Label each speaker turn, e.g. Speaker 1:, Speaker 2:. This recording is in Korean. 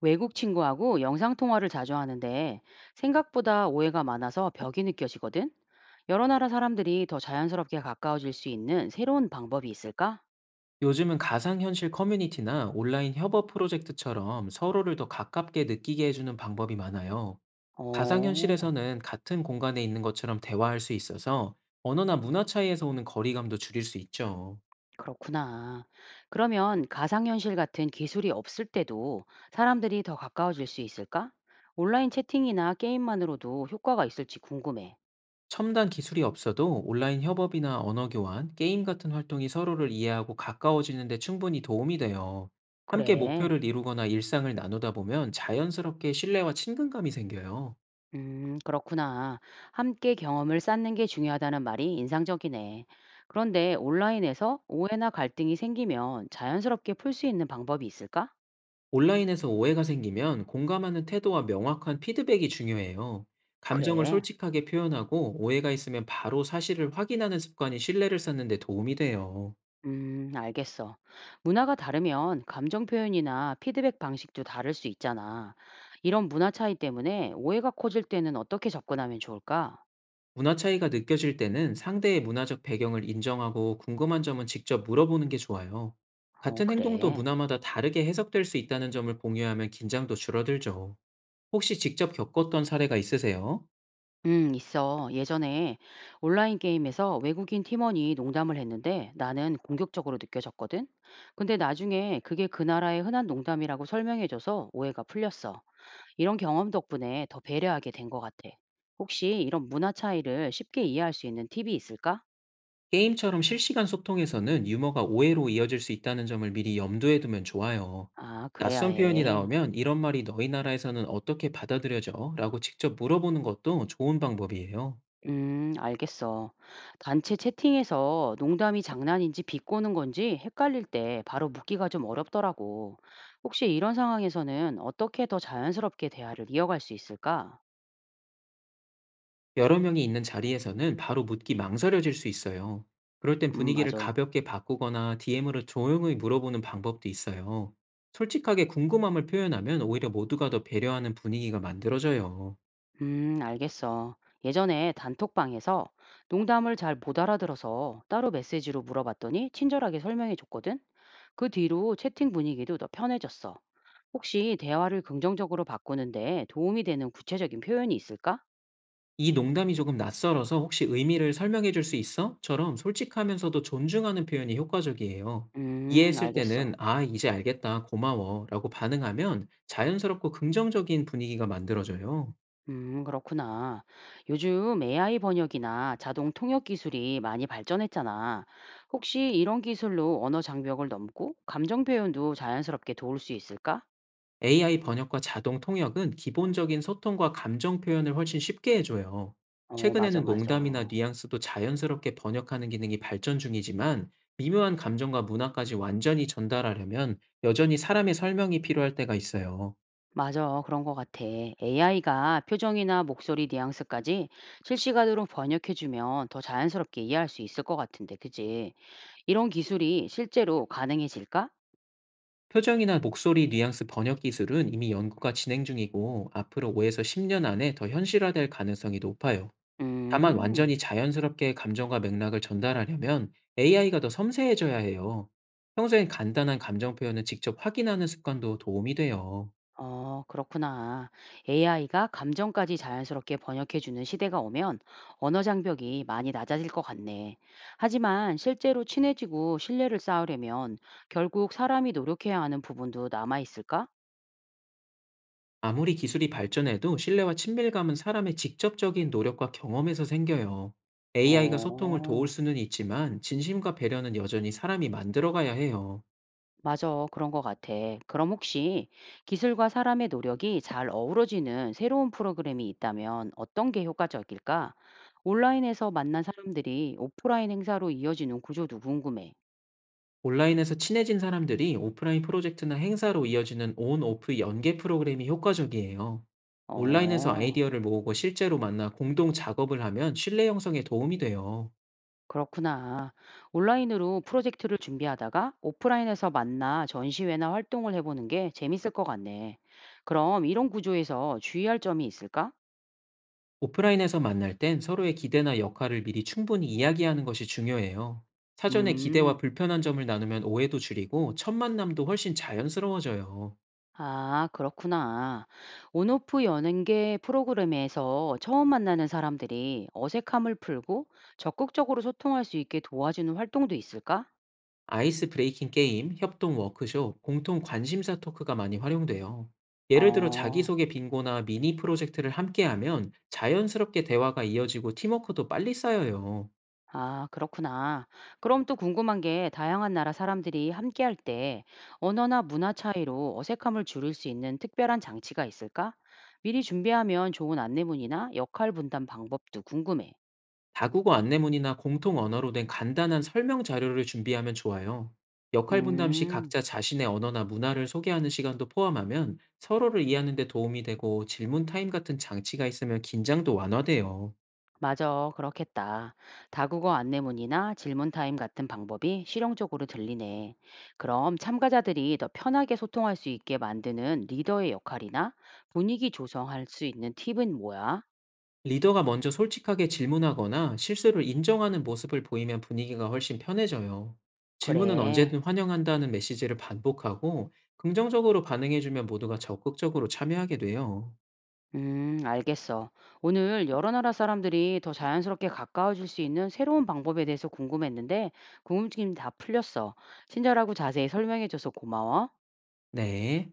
Speaker 1: 외국 친구하고 영상통화를 자주 하는데 생각보다 오해가 많아서 벽이 느껴지거든? 여러 나라 사람들이 더 자연스럽게 가까워질 수 있는 새로운 방법이 있을까?
Speaker 2: 요즘은 가상현실 커뮤니티나 온라인 협업 프로젝트처럼 서로를 더 가깝게 느끼게 해주는 방법이 많아요.
Speaker 1: 어,
Speaker 2: 가상현실에서는 같은 공간에 있는 것처럼 대화할 수 있어서 언어나 문화 차이에서 오는 거리감도 줄일 수 있죠.
Speaker 1: 그렇구나. 그러면 가상현실 같은 기술이 없을 때도 사람들이 더 가까워질 수 있을까? 온라인 채팅이나 게임만으로도 효과가 있을지 궁금해.
Speaker 2: 첨단 기술이 없어도 온라인 협업이나 언어 교환, 게임 같은 활동이 서로를 이해하고 가까워지는데 충분히 도움이 돼요. 함께
Speaker 1: 그래.
Speaker 2: 목표를 이루거나 일상을 나누다 보면 자연스럽게 신뢰와 친근감이 생겨요.
Speaker 1: 그렇구나. 함께 경험을 쌓는 게 중요하다는 말이 인상적이네. 그런데 온라인에서 오해나 갈등이 생기면 자연스럽게 풀 수 있는 방법이 있을까?
Speaker 2: 온라인에서 오해가 생기면 공감하는 태도와 명확한 피드백이 중요해요. 감정을
Speaker 1: 그래.
Speaker 2: 솔직하게 표현하고 오해가 있으면 바로 사실을 확인하는 습관이 신뢰를 쌓는 데 도움이 돼요.
Speaker 1: 알겠어. 문화가 다르면 감정 표현이나 피드백 방식도 다를 수 있잖아. 이런 문화 차이 때문에 오해가 커질 때는 어떻게 접근하면 좋을까?
Speaker 2: 문화 차이가 느껴질 때는 상대의 문화적 배경을 인정하고 궁금한 점은 직접 물어보는 게 좋아요.
Speaker 1: 어,
Speaker 2: 같은 행동도
Speaker 1: 그래.
Speaker 2: 문화마다 다르게 해석될 수 있다는 점을 공유하면 긴장도 줄어들죠. 혹시 직접 겪었던 사례가 있으세요?
Speaker 1: 있어. 예전에 온라인 게임에서 외국인 팀원이 농담을 했는데 나는 공격적으로 느껴졌거든. 근데 나중에 그게 그 나라의 흔한 농담이라고 설명해줘서 오해가 풀렸어. 이런 경험 덕분에 더 배려하게 된 것 같아. 혹시 이런 문화 차이를 쉽게 이해할 수 있는 팁이 있을까?
Speaker 2: 게임처럼 실시간 소통에서는 유머가 오해로 이어질 수 있다는 점을 미리 염두에 두면 좋아요.
Speaker 1: 아, 그래야
Speaker 2: 낯선 표현이
Speaker 1: 해.
Speaker 2: 나오면 "이런 말이 너희 나라에서는 어떻게 받아들여져? 라고 직접 물어보는 것도 좋은 방법이에요.
Speaker 1: 알겠어. 단체 채팅에서 농담이 장난인지 비꼬는 건지 헷갈릴 때 바로 묻기가 좀 어렵더라고. 혹시 이런 상황에서는 어떻게 더 자연스럽게 대화를 이어갈 수 있을까?
Speaker 2: 여러 명이 있는 자리에서는 바로 묻기 망설여질 수 있어요. 그럴 땐 분위기를
Speaker 1: 맞아.
Speaker 2: 가볍게 바꾸거나 DM으로 조용히 물어보는 방법도 있어요. 솔직하게 궁금함을 표현하면 오히려 모두가 더 배려하는 분위기가 만들어져요.
Speaker 1: 알겠어. 예전에 단톡방에서 농담을 잘 못 알아들어서 따로 메시지로 물어봤더니 친절하게 설명해 줬거든? 그 뒤로 채팅 분위기도 더 편해졌어. 혹시 대화를 긍정적으로 바꾸는데 도움이 되는 구체적인 표현이 있을까?
Speaker 2: "이 농담이 조금 낯설어서 혹시 의미를 설명해 줄 수 있어? 처럼 솔직하면서도 존중하는 표현이 효과적이에요. 이해했을 때는
Speaker 1: 알겠어.
Speaker 2: "아, 이제 알겠다. 고마워. 라고 반응하면 자연스럽고 긍정적인 분위기가 만들어져요.
Speaker 1: 그렇구나. 요즘 AI 번역이나 자동 통역 기술이 많이 발전했잖아. 혹시 이런 기술로 언어 장벽을 넘고 감정 표현도 자연스럽게 도울 수 있을까?
Speaker 2: AI 번역과 자동 통역은 기본적인 소통과 감정 표현을 훨씬 쉽게 해줘요.
Speaker 1: 어, 맞아,
Speaker 2: 최근에는
Speaker 1: 맞아.
Speaker 2: 농담이나 뉘앙스도 자연스럽게 번역하는 기능이 발전 중이지만, 미묘한 감정과 문화까지 완전히 전달하려면 여전히 사람의 설명이 필요할 때가 있어요.
Speaker 1: 맞아, 그런 것 같아. AI가 표정이나 목소리 뉘앙스까지 실시간으로 번역해주면 더 자연스럽게 이해할 수 있을 것 같은데, 그지? 이런 기술이 실제로 가능해질까?
Speaker 2: 표정이나 목소리 뉘앙스 번역 기술은 이미 연구가 진행 중이고, 앞으로 5에서 10년 안에 더 현실화될 가능성이 높아요. 다만 완전히
Speaker 1: 음.
Speaker 2: 자연스럽게 감정과 맥락을 전달하려면 AI가 더 섬세해져야 해요. 평소엔 간단한 감정 표현을 직접 확인하는 습관도 도움이 돼요.
Speaker 1: 어, 그렇구나. AI가 감정까지 자연스럽게 번역해주는 시대가 오면 언어 장벽이 많이 낮아질 것 같네. 하지만 실제로 친해지고 신뢰를 쌓으려면 결국 사람이 노력해야 하는 부분도 남아있을까?
Speaker 2: 아무리 기술이 발전해도 신뢰와 친밀감은 사람의 직접적인 노력과 경험에서 생겨요. AI가 소통을 도울
Speaker 1: 어,
Speaker 2: 수는 있지만 진심과 배려는 여전히 사람이 만들어가야 해요.
Speaker 1: 맞아. 그런 것 같아. 그럼 혹시 기술과 사람의 노력이 잘 어우러지는 새로운 프로그램이 있다면 어떤 게 효과적일까? 온라인에서 만난 사람들이 오프라인 행사로 이어지는 구조도 궁금해.
Speaker 2: 온라인에서 친해진 사람들이 오프라인 프로젝트나 행사로 이어지는 온-오프 연계 프로그램이 효과적이에요. 온라인에서
Speaker 1: 어.
Speaker 2: 아이디어를 모으고 실제로 만나 공동 작업을 하면 신뢰 형성에 도움이 돼요.
Speaker 1: 그렇구나. 온라인으로 프로젝트를 준비하다가 오프라인에서 만나 전시회나 활동을 해보는 게 재밌을 것 같네. 그럼 이런 구조에서 주의할 점이 있을까?
Speaker 2: 오프라인에서 만날 땐 서로의 기대나 역할을 미리 충분히 이야기하는 것이 중요해요. 사전에 기대와
Speaker 1: 음,
Speaker 2: 불편한 점을 나누면 오해도 줄이고 첫 만남도 훨씬 자연스러워져요.
Speaker 1: 아, 그렇구나. 온오프 연계 프로그램에서 처음 만나는 사람들이 어색함을 풀고 적극적으로 소통할 수 있게 도와주는 활동도 있을까?
Speaker 2: 아이스 브레이킹 게임, 협동 워크숍, 공통 관심사 토크가 많이 활용돼요. 예를 들어
Speaker 1: 어.
Speaker 2: 자기소개 빙고나 미니 프로젝트를 함께하면 자연스럽게 대화가 이어지고 팀워크도 빨리 쌓여요.
Speaker 1: 아, 그렇구나. 그럼 또 궁금한 게 다양한 나라 사람들이 함께 할 때 언어나 문화 차이로 어색함을 줄일 수 있는 특별한 장치가 있을까? 미리 준비하면 좋은 안내문이나 역할 분담 방법도 궁금해.
Speaker 2: 다국어 안내문이나 공통 언어로 된 간단한 설명 자료를 준비하면 좋아요. 역할 분담 시
Speaker 1: 음,
Speaker 2: 각자 자신의 언어나 문화를 소개하는 시간도 포함하면 서로를 이해하는 데 도움이 되고, 질문 타임 같은 장치가 있으면 긴장도 완화돼요.
Speaker 1: 맞아. 그렇겠다. 다국어 안내문이나 질문 타임 같은 방법이 실용적으로 들리네. 그럼 참가자들이 더 편하게 소통할 수 있게 만드는 리더의 역할이나 분위기 조성할 수 있는 팁은 뭐야?
Speaker 2: 리더가 먼저 솔직하게 질문하거나 실수를 인정하는 모습을 보이면 분위기가 훨씬 편해져요. 질문은
Speaker 1: 그래.
Speaker 2: 언제든 환영한다는 메시지를 반복하고 긍정적으로 반응해주면 모두가 적극적으로 참여하게 돼요.
Speaker 1: 알겠어. 오늘 여러 나라 사람들이 더 자연스럽게 가까워질 수 있는 새로운 방법에 대해서 궁금했는데, 궁금증이 다 풀렸어. 친절하고 자세히 설명해줘서 고마워.
Speaker 2: 네.